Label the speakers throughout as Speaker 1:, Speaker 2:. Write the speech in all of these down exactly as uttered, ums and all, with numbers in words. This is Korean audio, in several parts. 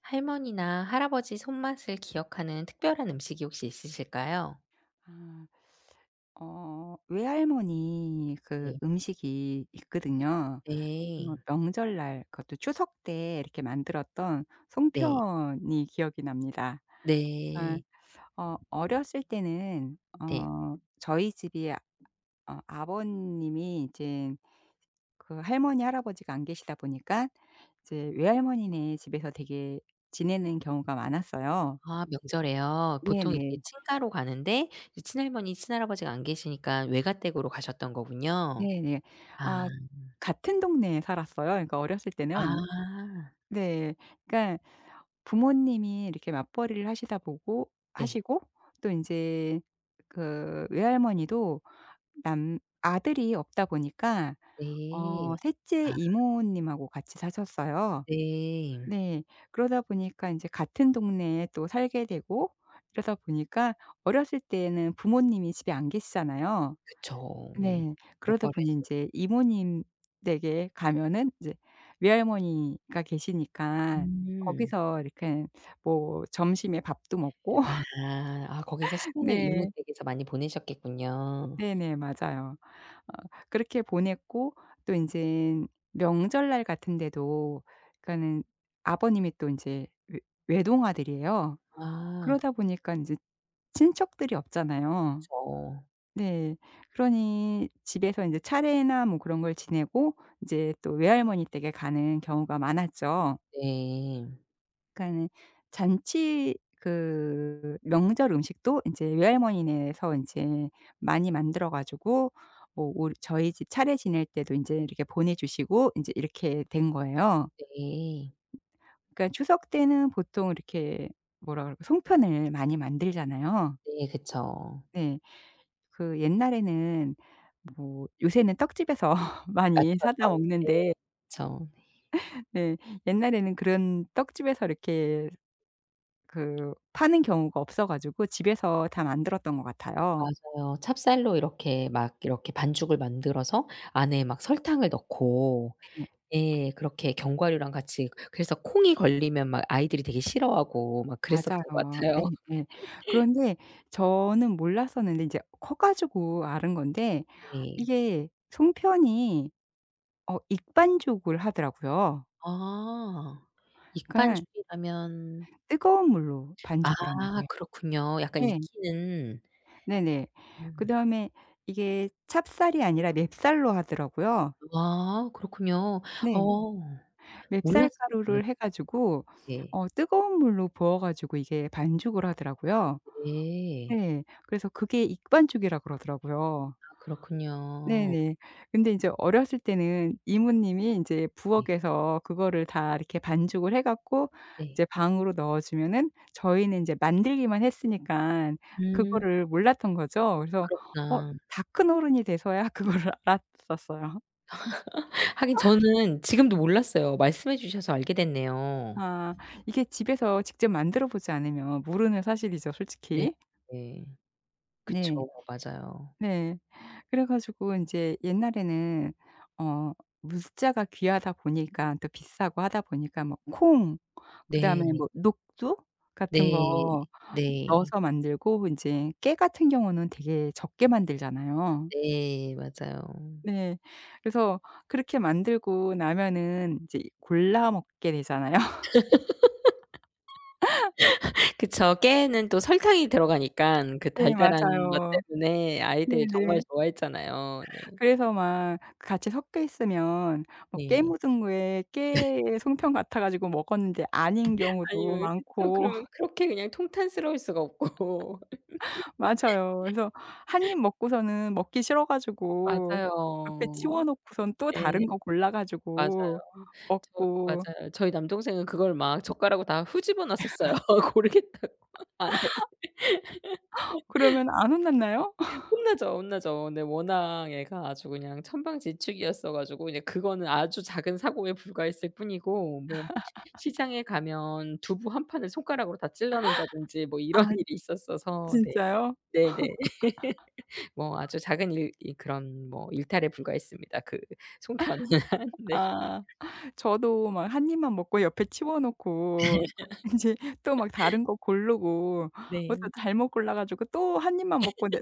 Speaker 1: 할머니나 할아버지 손맛을 기억하는 특별한 음식이 혹시 있으실까요?
Speaker 2: 아. 어 외할머니 그
Speaker 1: 네.
Speaker 2: 음식이 있거든요.
Speaker 1: 네.
Speaker 2: 어 명절날 그것도 추석 때 이렇게 만들었던
Speaker 1: 네.
Speaker 2: 송편이 기억이 납니다. 아
Speaker 1: 네.
Speaker 2: 어 어렸을 때는
Speaker 1: 네.
Speaker 2: 어 저희 집이 아- 어 아버님이 이제 그 할머니, 할아버지가 안 계시다 보니까 이제 외할머니네 집에서 되게 지내는 경우가 많았어요.
Speaker 1: 아 명절에요. 보통 이렇게
Speaker 2: 네네.
Speaker 1: 친가로 가는데 이제 친할머니, 친할아버지가 안 계시니까 외가댁으로 가셨던 거군요.
Speaker 2: 네네. 아,
Speaker 1: 아.
Speaker 2: 같은 동네에 살았어요. 그러니까 어렸을 때는
Speaker 1: 아.
Speaker 2: 네. 그러니까 부모님이 이렇게 맞벌이를 하시다 보고
Speaker 1: 네.
Speaker 2: 하시고 또 인제 그 외할머니도 남 아들이 없다 보니까
Speaker 1: 네.
Speaker 2: 어 셋째
Speaker 1: 아
Speaker 2: 이모님하고 같이 사셨어요.
Speaker 1: 네.
Speaker 2: 네. 그러다 보니까 인제 같은 동네에 또 살게 되고 이러다 보니까 어렸을 때는 부모님이 집에 안 계시잖아요.
Speaker 1: 그쵸. 예.
Speaker 2: 네. 그러다 보니
Speaker 1: 맞벌이하시
Speaker 2: 인제 이모님 댁에 가면은 이제 외할머니가 계시니까
Speaker 1: 음.
Speaker 2: 거기서 이렇게 뭐 점심에 밥도 먹고
Speaker 1: 아. 아 거기서 시간을
Speaker 2: 네.
Speaker 1: 이모댁에서 많이 보내셨겠군요.
Speaker 2: 네네. 맞아요. 어 그렇게 보냈고 또 인젠 명절날 같은 데도 그러니까는 아버님이 또 인제 외 외동아들이에요.
Speaker 1: 아
Speaker 2: 그러다 보니까 인제 친척들이 없잖아요.
Speaker 1: 그쵸.
Speaker 2: 네. 그러니 집에서 인제 차례나 뭐 그런 걸 지내고 이제 또 외할머니 댁에 가는 경우가 많았죠.
Speaker 1: 네.
Speaker 2: 그러니까는 잔치 그 명절 음식도 인제 외할머니네에서 인제 많이 만들어 가지고 뭐 우리 저희 집 차례 지낼 때도 인제 이렇게 보내 주시고 인제 이렇게 된 거예요.
Speaker 1: 네.
Speaker 2: 그러니까 추석 때는 보통 이렇게 뭐라 그럴까 송편을 많이 만들잖아요.
Speaker 1: 네 그쵸.
Speaker 2: 네. 그 옛날에는 뭐 요새는 떡집에서 많이 사다
Speaker 1: 맞춰서 네.
Speaker 2: 먹는데
Speaker 1: 그쵸.
Speaker 2: 네, 옛날에는 그런 떡집에서 이렇게 그 파는 경우가 없어 가지고 집에서 다 만들었던 것 같아요.
Speaker 1: 맞아요. 찹쌀로 이렇게 막 이렇게 반죽을 만들어서 안에 막 설탕을 넣고
Speaker 2: 네.
Speaker 1: 예, 그렇게 견과류랑 같이. 그래서 콩이 걸리면 막 아이들이 되게 싫어하고 막 그랬었던 것
Speaker 2: 맞아요.
Speaker 1: 같아요.
Speaker 2: 예예. 그런데 저는 몰랐었는데 이제 커 가지고 아는 건데
Speaker 1: 네.
Speaker 2: 이게 송편이 어 익 반죽을 하더라고요.
Speaker 1: 아.
Speaker 2: 그러니까
Speaker 1: 익반죽이라면?
Speaker 2: 뜨거운 물로
Speaker 1: 아
Speaker 2: 반죽을 하는 거예요.
Speaker 1: 그렇군요. 약간
Speaker 2: 네.
Speaker 1: 익히는.
Speaker 2: 네네.
Speaker 1: 음.
Speaker 2: 그다음에 이게 찹쌀이 아니라 맵쌀로 하더라고요.
Speaker 1: 아 그렇군요.
Speaker 2: 네.
Speaker 1: 어, 몰랐어요.
Speaker 2: 맵쌀
Speaker 1: 네.
Speaker 2: 가루를 해 가지고
Speaker 1: 네.
Speaker 2: 어 뜨거운 물로 부어 가지고 이게 반죽을 하더라고요.
Speaker 1: 네.
Speaker 2: 네. 그래서 그게 익반죽이라 그러더라고요.
Speaker 1: 아 그렇군요.
Speaker 2: 네네. 근데 인제 어렸을 때는 이모님이 인제
Speaker 1: 네.
Speaker 2: 부엌에서 그거를 다 이렇게 반죽을 해 갖고
Speaker 1: 네.
Speaker 2: 이제 방으로 넣어 주면은 저희는 인제 만들기만 했으니깐
Speaker 1: 음.
Speaker 2: 그거를 몰랐던 거죠. 그래서 어
Speaker 1: 그렇구나.
Speaker 2: 다 큰 어른이 돼서야 그거를 알았었어요.
Speaker 1: 하긴 저는 지금도 몰랐어요. 말씀해 주셔서 알게 됐네요.
Speaker 2: 아, 이게 집에서 직접 만들어 보지 않으면 모르는 사실이죠,
Speaker 1: 네.
Speaker 2: 솔직히.
Speaker 1: 네. 그쵸.
Speaker 2: 네.
Speaker 1: 맞아요.
Speaker 2: 네. 그래 가지고 인제 옛날에는 어 물자가 귀하다 보니까 또 비싸고 하다 보니까 뭐 콩 그다음에
Speaker 1: 네.
Speaker 2: 뭐 녹두 같은
Speaker 1: 네.
Speaker 2: 거
Speaker 1: 네.
Speaker 2: 넣어서 만들고 인제 깨 같은 경우는 되게 적게 만들잖아요.
Speaker 1: 네. 맞아요.
Speaker 2: 네. 그래서 그렇게 만들고 나면은 이제 골라 먹게 되잖아요.
Speaker 1: 그쵸. 깨에는 또 설탕이 들어가니깐 그
Speaker 2: 네
Speaker 1: 달달한 맛
Speaker 2: 맞아요.
Speaker 1: 때문에 아이들이 정말
Speaker 2: 네네.
Speaker 1: 좋아했잖아요. 네.
Speaker 2: 그래서 막 같이 섞여 있으면 뭐 깨
Speaker 1: 네.
Speaker 2: 묻은 거에 깨의 송편 같아 가지고 먹었는데 아닌
Speaker 1: 아니
Speaker 2: 경우도
Speaker 1: 왜, 그쵸.
Speaker 2: 많고
Speaker 1: 그러면 그렇게 그냥 통탄스러울 수가 없고.
Speaker 2: 맞아요. 그래서 한 입 먹고서는 먹기 싫어 가지고 옆에 치워
Speaker 1: 맞아요.
Speaker 2: 놓고선 또
Speaker 1: 예.
Speaker 2: 다른 거 골라
Speaker 1: 맞아요.
Speaker 2: 가지고
Speaker 1: 저
Speaker 2: 먹고
Speaker 1: 맞아요. 저희 남동생은 그걸 막 젓가락으로 다 후집어 놨었어요. 고르겠다고. 안 해.
Speaker 2: 그러면 안 혼났나요?
Speaker 1: 혼나죠, 혼나죠. 근데 워낙 애가 아주 그냥 천방지축이었어 가지고 이제 그거는 아주 작은 사고에 불과했을 뿐이고, 뭐 시장에 가면 두부 한 판을 손가락으로 다 찔러 놓는다든지 뭐 이런
Speaker 2: 아
Speaker 1: 일이 있었어서 네.
Speaker 2: 진짜요?
Speaker 1: 네네. 뭐 아주 작은 일, 이 그런 뭐 일탈에 불과했습니다, 그 송편은. 네.
Speaker 2: 아. 저도 막 한 입만 먹고 옆에 치워 놓고 인제 또 막 다른 거 고르고 뭐
Speaker 1: 네.
Speaker 2: 또 잘못 골라 가지고 또 한 입만 먹고 내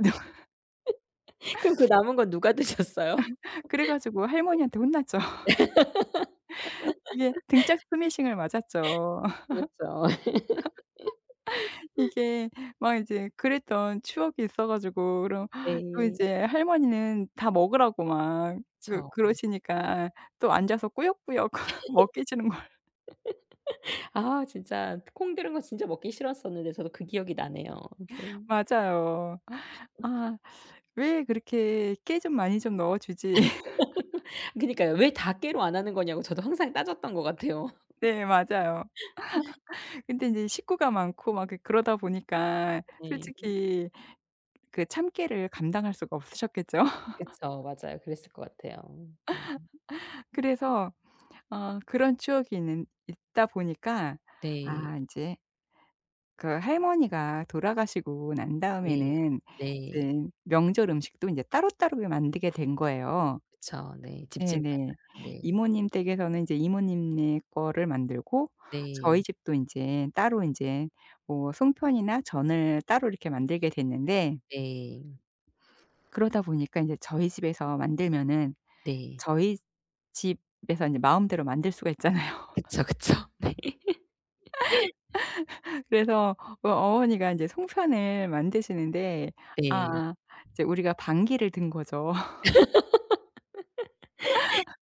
Speaker 1: 그럼 그 남은 건 누가 드셨어요?
Speaker 2: 그래 가지고 할머니한테 혼났죠. 이게 등짝 스매싱을 맞았죠.
Speaker 1: 그렇죠.
Speaker 2: 이게 막 이제 그랬던 추억이 있어 가지고 그럼 또
Speaker 1: 네.
Speaker 2: 이제 할머니는 다 먹으라고 막 그
Speaker 1: 그쵸.
Speaker 2: 그러시니까 또 앉아서 꾸역꾸역 먹게 주는 걸
Speaker 1: 아 진짜 콩 들은 거 진짜 먹기 싫었었는데 저도 그 기억이 나네요. 네.
Speaker 2: 맞아요. 아, 왜 그렇게 깨 좀 많이 좀 넣어 주지.
Speaker 1: 그니까요. 왜 다 깨로 안 하는 거냐고 저도 항상 따졌던 것 같아요.
Speaker 2: 네 맞아요. 근데 인제 식구가 많고 막 그 그러다 보니까
Speaker 1: 네
Speaker 2: 솔직히 그 참깨를 감당할 수가 없으셨겠죠.
Speaker 1: 그쵸. 맞아요. 그랬을 것 같아요. 네.
Speaker 2: 그래서 어 그런 추억이 있는 있다 보니까
Speaker 1: 네.
Speaker 2: 아 인제 그 할머니가 돌아가시고 난
Speaker 1: 네.
Speaker 2: 다음에는
Speaker 1: 네.
Speaker 2: 이제 명절 음식도 인제 따로따로 만들게 된 거예요.
Speaker 1: 그쵸. 네. 집집마다.
Speaker 2: 네네.
Speaker 1: 네.
Speaker 2: 이모님 댁에서는 인제 이모님네 거를 만들고 저희
Speaker 1: 네.
Speaker 2: 집도 인제 따로 인제 뭐 송편이나 전을 따로 이렇게 만들게 됐는데
Speaker 1: 네.
Speaker 2: 그러다 보니까 인제 저희 집에서 만들면은
Speaker 1: 네.
Speaker 2: 저희 집에서 인제 마음대로 만들 수가 있잖아요.
Speaker 1: 그쵸, 그쵸. 네.
Speaker 2: 그래서 어 어머니가 이제 송편을 만드시는데
Speaker 1: 네.
Speaker 2: 아 이제 우리가 반기를 든 거죠.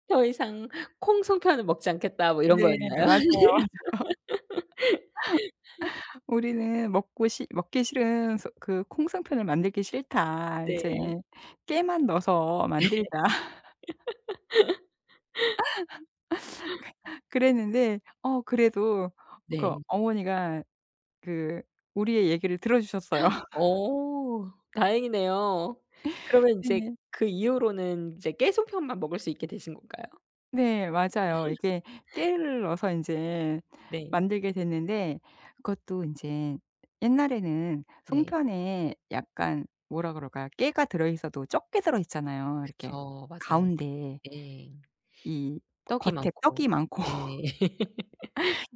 Speaker 1: '더 이상 콩 송편을 먹지 않겠다.' 뭐 이런
Speaker 2: 네
Speaker 1: 거였나요?
Speaker 2: 맞아요, 맞아요. "우리는 먹고 싫 먹기 싫은 소 그 콩송편을 만들기 싫다. 이제
Speaker 1: 네.
Speaker 2: 깨만 넣어서 만들자." 그랬는데 어 그래도 그
Speaker 1: 네.
Speaker 2: 어머니가 그 우리의 얘기를 들어 주셨어요.
Speaker 1: 어 다행이네요. 그러면 인제
Speaker 2: 네.
Speaker 1: 그 이후로는 이제 깨소편만 먹을 수 있게 되신 건가요?
Speaker 2: 네 맞아요. 이게 깨를 넣어서 인제
Speaker 1: 네.
Speaker 2: 만들게 됐는데 그것도 인제 옛날에는
Speaker 1: 네.
Speaker 2: 송편에 약간 뭐라 그럴까요? 깨가 들어 있어도 적게 들어 있잖아요. 이렇게
Speaker 1: 그쵸. 맞아요.
Speaker 2: 가운데
Speaker 1: 예.
Speaker 2: 이
Speaker 1: 떡이
Speaker 2: 겉에
Speaker 1: 많고.
Speaker 2: 떡이 많고
Speaker 1: 예.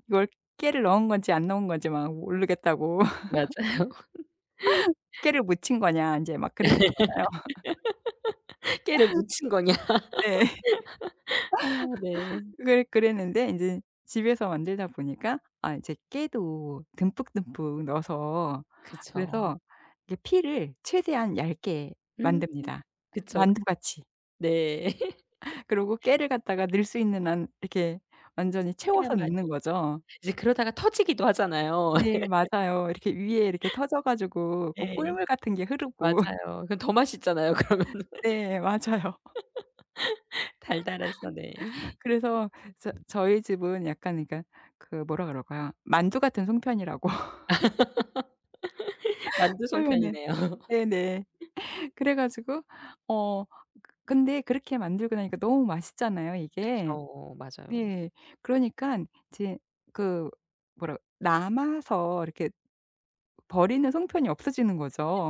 Speaker 2: 이걸 깨를 넣은 건지 안 넣은 건지 막 모르겠다고
Speaker 1: 맞아요.
Speaker 2: 깨를 묻힌 거냐 인제 막 그랬었잖아요.
Speaker 1: 깨를 무친 거냐.
Speaker 2: 네.
Speaker 1: 아 네.
Speaker 2: 그랬 그랬는데 인제 집에서 만들다 보니까 아 이제 깨도 듬뿍듬뿍 넣어서
Speaker 1: 그쵸.
Speaker 2: 그래서 이게 피를 최대한 얇게
Speaker 1: 음.
Speaker 2: 만듭니다.
Speaker 1: 그쵸.
Speaker 2: 만두같이.
Speaker 1: 네.
Speaker 2: 그러고 깨를 갖다가 넣을 수 있는 한 이렇게 완전히
Speaker 1: 최대한
Speaker 2: 채워서
Speaker 1: 많이.
Speaker 2: 넣는 거죠.
Speaker 1: 이제 그러다가 터지기도 하잖아요.
Speaker 2: 네 맞아요. 이렇게 위에 이렇게 터져 가지고 그
Speaker 1: 예.
Speaker 2: 꿀물 같은 게 흐르고
Speaker 1: 맞아요. 그럼 더 맛있잖아요 그러면은.
Speaker 2: 네 맞아요.
Speaker 1: 달달해서 네.
Speaker 2: 그래서 저 저희 집은 약간 그러니까 그 뭐라 그럴까요? 만두 같은 송편이라고
Speaker 1: 만두
Speaker 2: 표현을
Speaker 1: 송편이네요.
Speaker 2: 네네. 그래 가지고 어 그 근데 그렇게 만들고 나니까 너무 맛있잖아요 이게.
Speaker 1: 그쵸. 맞아요.
Speaker 2: 네. 그러니깐 이제 그 뭐라 남아서 이렇게 버리는 송편이 없어지는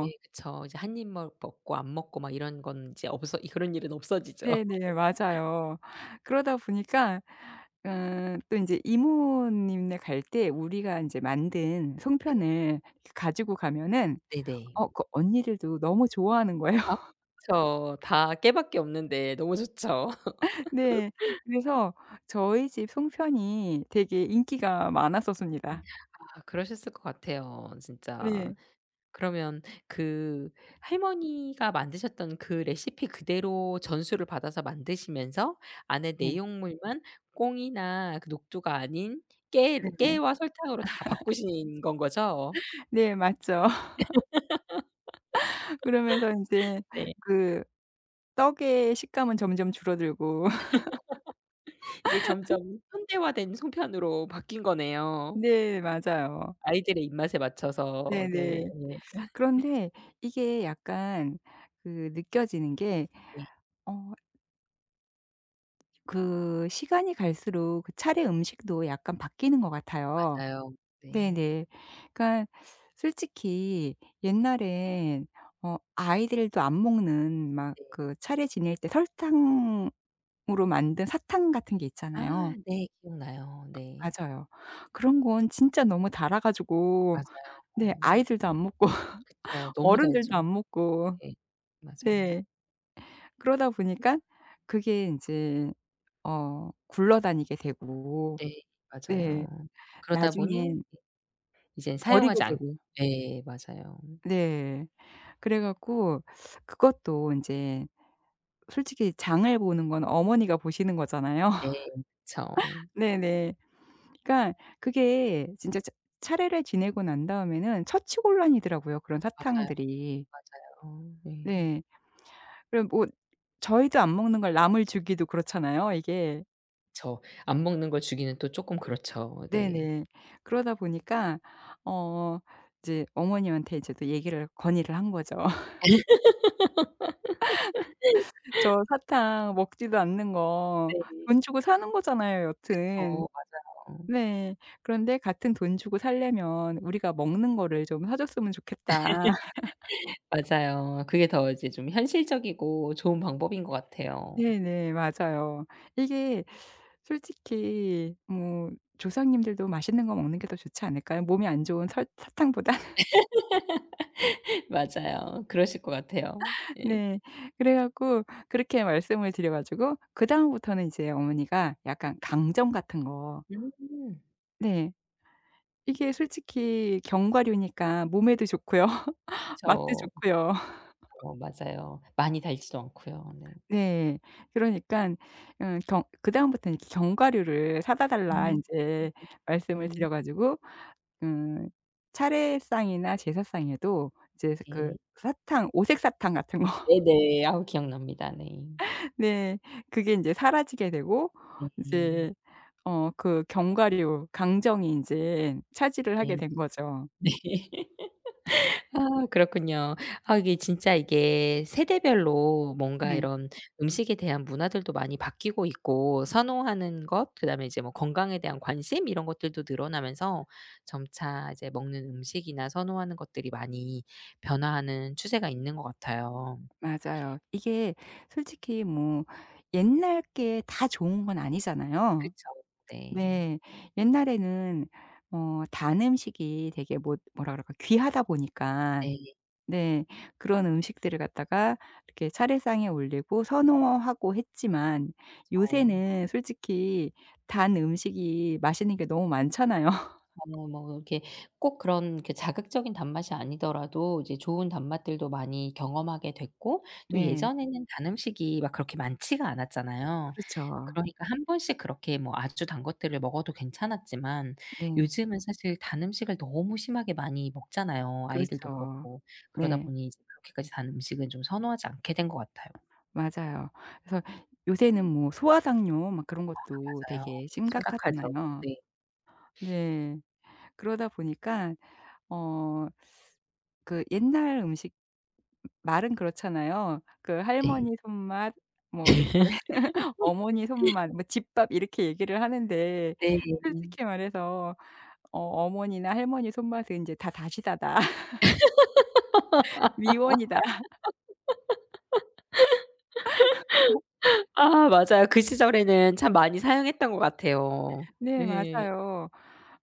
Speaker 1: 네 그쵸. 이제 한 입 먹 먹고 안 먹고 막 이런 건 이제 없어, 이 그런 일은 없어지죠.
Speaker 2: 네네. 맞아요. 그러다 보니까 음 또 인제 이모님네 갈 때 우리가 인제 만든
Speaker 1: 네.
Speaker 2: 송편을 가지고 가면은
Speaker 1: 네네.
Speaker 2: 어 그 언니들도 너무 좋아하는 거예요.
Speaker 1: 아 그쵸. 다 깨밖에 없는데 너무 좋죠.
Speaker 2: 네. 그래서 저희 집 송편이 되게 인기가 많았었습니다.
Speaker 1: 아 그러셨을 것 같아요 진짜.
Speaker 2: 네.
Speaker 1: 그러면 그 할머니가 만드셨던 그 레시피 그대로 전수를 받아서 만드시면서 안에
Speaker 2: 네.
Speaker 1: 내용물만 꽁이나 그 녹두가 아닌 깨
Speaker 2: 네.
Speaker 1: 깨와 설탕으로 다 바꾸신 건 거죠?
Speaker 2: 네 맞죠. 그러면서 인제
Speaker 1: 네.
Speaker 2: 그 떡의 식감은 점점 줄어들고
Speaker 1: 이게 점점 현대화된 송편으로 바뀐 거네요.
Speaker 2: 네 맞아요.
Speaker 1: 아이들의 입맛에 맞춰서
Speaker 2: 네네.
Speaker 1: 네. 네.
Speaker 2: 그런데 이게 약간 그 느껴지는 게
Speaker 1: 네.
Speaker 2: 어 그 시간이 갈수록 그 차례 음식도 약간 바뀌는 것 같아요.
Speaker 1: 맞아요. 네.
Speaker 2: 네네. 그러니까 솔직히 옛날엔 어 아이들도 안 먹는 막
Speaker 1: 네.
Speaker 2: 그 차례 지낼 때 설탕으로 만든 사탕 같은 게 있잖아요.
Speaker 1: 아 네. 기억나요. 네.
Speaker 2: 맞아요. 그런 건 진짜 너무 달아 가지고
Speaker 1: 맞아요.
Speaker 2: 네
Speaker 1: 어
Speaker 2: 아이들도 안 먹고
Speaker 1: 그쵸. 너무
Speaker 2: 어른들도
Speaker 1: 달죠.
Speaker 2: 안 먹고
Speaker 1: 네. 맞아요.
Speaker 2: 네 그러다 보니까 그게 인제 어 굴러다니게 되고
Speaker 1: 네.
Speaker 2: 네
Speaker 1: 맞아요. 그러다 보니
Speaker 2: 나중엔
Speaker 1: 이젠
Speaker 2: 버리게
Speaker 1: 사용하지 않.
Speaker 2: 되고
Speaker 1: 네. 맞아요.
Speaker 2: 네. 그래 갖고 그것도 인제 솔직히 장을 보는 건 어머니가 보시는 거잖아요.
Speaker 1: 네. 그쵸.
Speaker 2: 네네. 그러니까 그게 진짜 차 차례를 지내고 난 다음에는 처치곤란이더라고요, 그런
Speaker 1: 맞아요,
Speaker 2: 사탕들이.
Speaker 1: 맞아요. 어 네.
Speaker 2: 네. 그럼 뭐 저희도 안 먹는 걸 남을 주기도 그렇잖아요, 이게.
Speaker 1: 그쵸. 안 먹는 걸 주기는 또 쪼끔 그렇죠. 네.
Speaker 2: 네네. 그러다 보니까 어 이제 어머님한테 이제 또 얘기를 건의를 한 거죠. "저 사탕 먹지도 않는 거
Speaker 1: 네.
Speaker 2: 돈 주고 사는 거잖아요, 여튼."
Speaker 1: 그쵸. 맞아요. 어.
Speaker 2: 네. 그런데 같은 돈 주고 살려면 "우리가 먹는 거를 좀 사 줬으면 좋겠다."
Speaker 1: 맞아요. 그게 더 이제 좀 현실적이고 좋은 방법인 것 같아요.
Speaker 2: 네네. 맞아요. 이게 솔직히 뭐 조상님들도 맛있는 거 먹는 게 더 좋지 않을까요? 몸이 안 좋은 설 사탕보다?
Speaker 1: 맞아요. 그러실 것 같아요.
Speaker 2: 네. 그래 갖고 그렇게 말씀을 드려 가지고 그다음부터는 이제 어머니가 약간 강정 같은 거
Speaker 1: 음.
Speaker 2: 네. 이게 솔직히 견과류니까 몸에도 좋고요. 맛도
Speaker 1: 저.
Speaker 2: 좋고요.
Speaker 1: 어 맞아요. 많이 달지도 않고요. 네.
Speaker 2: 네. 그러니깐 어 경 그다음부터는 이제 견과류를 사다 달라
Speaker 1: 음.
Speaker 2: 인제 말씀을
Speaker 1: 음.
Speaker 2: 드려 가지고 음 차례상이나 제사상에도 이제 그
Speaker 1: 네.
Speaker 2: 사탕 오색 사탕 같은 거
Speaker 1: 네네. 아우 기억납니다. 네.
Speaker 2: 네. 그게 인제 사라지게 되고
Speaker 1: 네.
Speaker 2: 이제 어 그 견과류, 강정이 인제 차지를 하게
Speaker 1: 네.
Speaker 2: 된 거죠.
Speaker 1: 네. 아 그렇군요. 아 이게 진짜 이게 세대별로 뭔가
Speaker 2: 네.
Speaker 1: 이런 음식에 대한 문화들도 많이 바뀌고 있고 선호하는 것, 그다음에 이제 뭐 건강에 대한 관심 이런 것들도 늘어나면서 점차 이제 먹는 음식이나 선호하는 것들이 많이 변화하는 추세가 있는 것 같아요.
Speaker 2: 맞아요. 이게 솔직히 뭐 옛날 게 다 좋은 건 아니잖아요.
Speaker 1: 그쵸. 네.
Speaker 2: 네. 옛날에는 어 단 음식이 되게 뭐 뭐라 그럴까 귀하다 보니까
Speaker 1: 네.
Speaker 2: 네 그런 음식들을 갖다가 이렇게 차례상에 올리고 선호하고 했지만
Speaker 1: 어.
Speaker 2: 요새는 솔직히 단 음식이 맛있는 게 너무 많잖아요.
Speaker 1: 어 뭐 이렇게 꼭 그런 그 자극적인 단맛이 아니더라도 이제 좋은 단맛들도 많이 경험하게 됐고, 또
Speaker 2: 네.
Speaker 1: 예전에는 단 음식이 막 그렇게 많지가 않았잖아요.
Speaker 2: 그렇죠.
Speaker 1: 그러니까 한 번씩 그렇게 뭐 아주 단 것들을 먹어도 괜찮았지만
Speaker 2: 네.
Speaker 1: 요즘은 사실 단 음식을 너무 심하게 많이 먹잖아요, 아이들도
Speaker 2: 그렇죠.
Speaker 1: 그렇고. 그러다
Speaker 2: 네.
Speaker 1: 보니 이제 그렇게까지 단 음식은 좀 선호하지 않게 된 것 같아요.
Speaker 2: 맞아요. 그래서 요새는 뭐 소화상뇨 막 그런 것도
Speaker 1: 맞아요.
Speaker 2: 되게
Speaker 1: 심각하죠.
Speaker 2: 심각하잖아요.
Speaker 1: 네.
Speaker 2: 네. 그러다 보니까 어 그 옛날 음식 말은 그렇잖아요. 그
Speaker 1: 네.
Speaker 2: 할머니 손맛 뭐 이렇게 어머니 손맛 뭐 집밥 이렇게 얘기를 하는데
Speaker 1: 네.
Speaker 2: 솔직히 말해서 어 어머니나 할머니 손맛은 이제 다 다시다다. 미원이다.
Speaker 1: 아 맞아요. 그 시절에는 참 많이 사용했던 것 같아요.
Speaker 2: 네
Speaker 1: 네.
Speaker 2: 맞아요.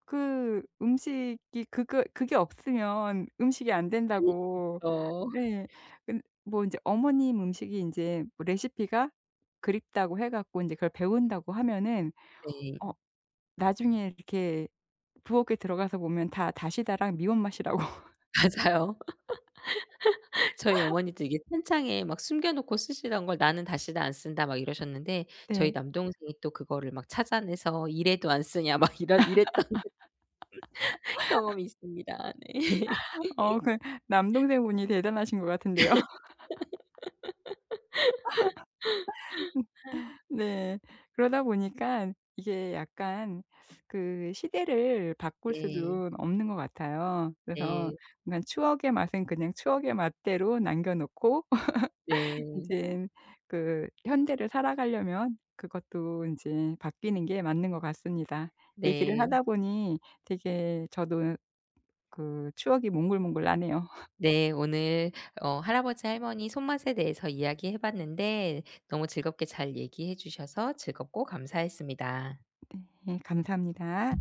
Speaker 2: 그 음식이 그거 그게 없으면 음식이 안 된다고.
Speaker 1: 어
Speaker 2: 네. 근 뭐 이제 어머님 음식이 이제 뭐 레시피가 그립다고 해 갖고 이제 그걸 배운다고 하면은
Speaker 1: 네.
Speaker 2: 어 나중에 이렇게 부엌에 들어가서 보면 다 다시다랑 미원맛이라고.
Speaker 1: 맞아요. 저희 어머니도 이게 찬장에 막 숨겨 놓고 쓰시던 걸 "나는 다시는 안 쓴다." 막 이러셨는데 저희
Speaker 2: 네.
Speaker 1: 남동생이 또 그거를 막 찾아내서 "이래도 안 쓰냐." 막 이런 이랬던 경험이 있습니다. 네.
Speaker 2: 어 그 남동생분이 대단하신 것 같은데요. 네. 그러다 보니까 이게 약간 그 시대를 바꿀 수
Speaker 1: 네.
Speaker 2: 도 없는 것 같아요. 그래서
Speaker 1: 네.
Speaker 2: 그냥 추억의 맛은 그냥 추억의 맛대로 남겨 놓고
Speaker 1: 네.
Speaker 2: 이제 그 현대를 살아가려면 그것도 이제 바뀌는 게 맞는 것 같습니다. 얘기를
Speaker 1: 네.
Speaker 2: 하다 보니 되게 저도 그 추억이 몽글몽글 나네요.
Speaker 1: 네. 오늘 어 할아버지 할머니 손맛에 대해서 이야기해 봤는데 너무 즐겁게 잘 얘기해 주셔서 즐겁고 감사했습니다.
Speaker 2: 예 감사합니다.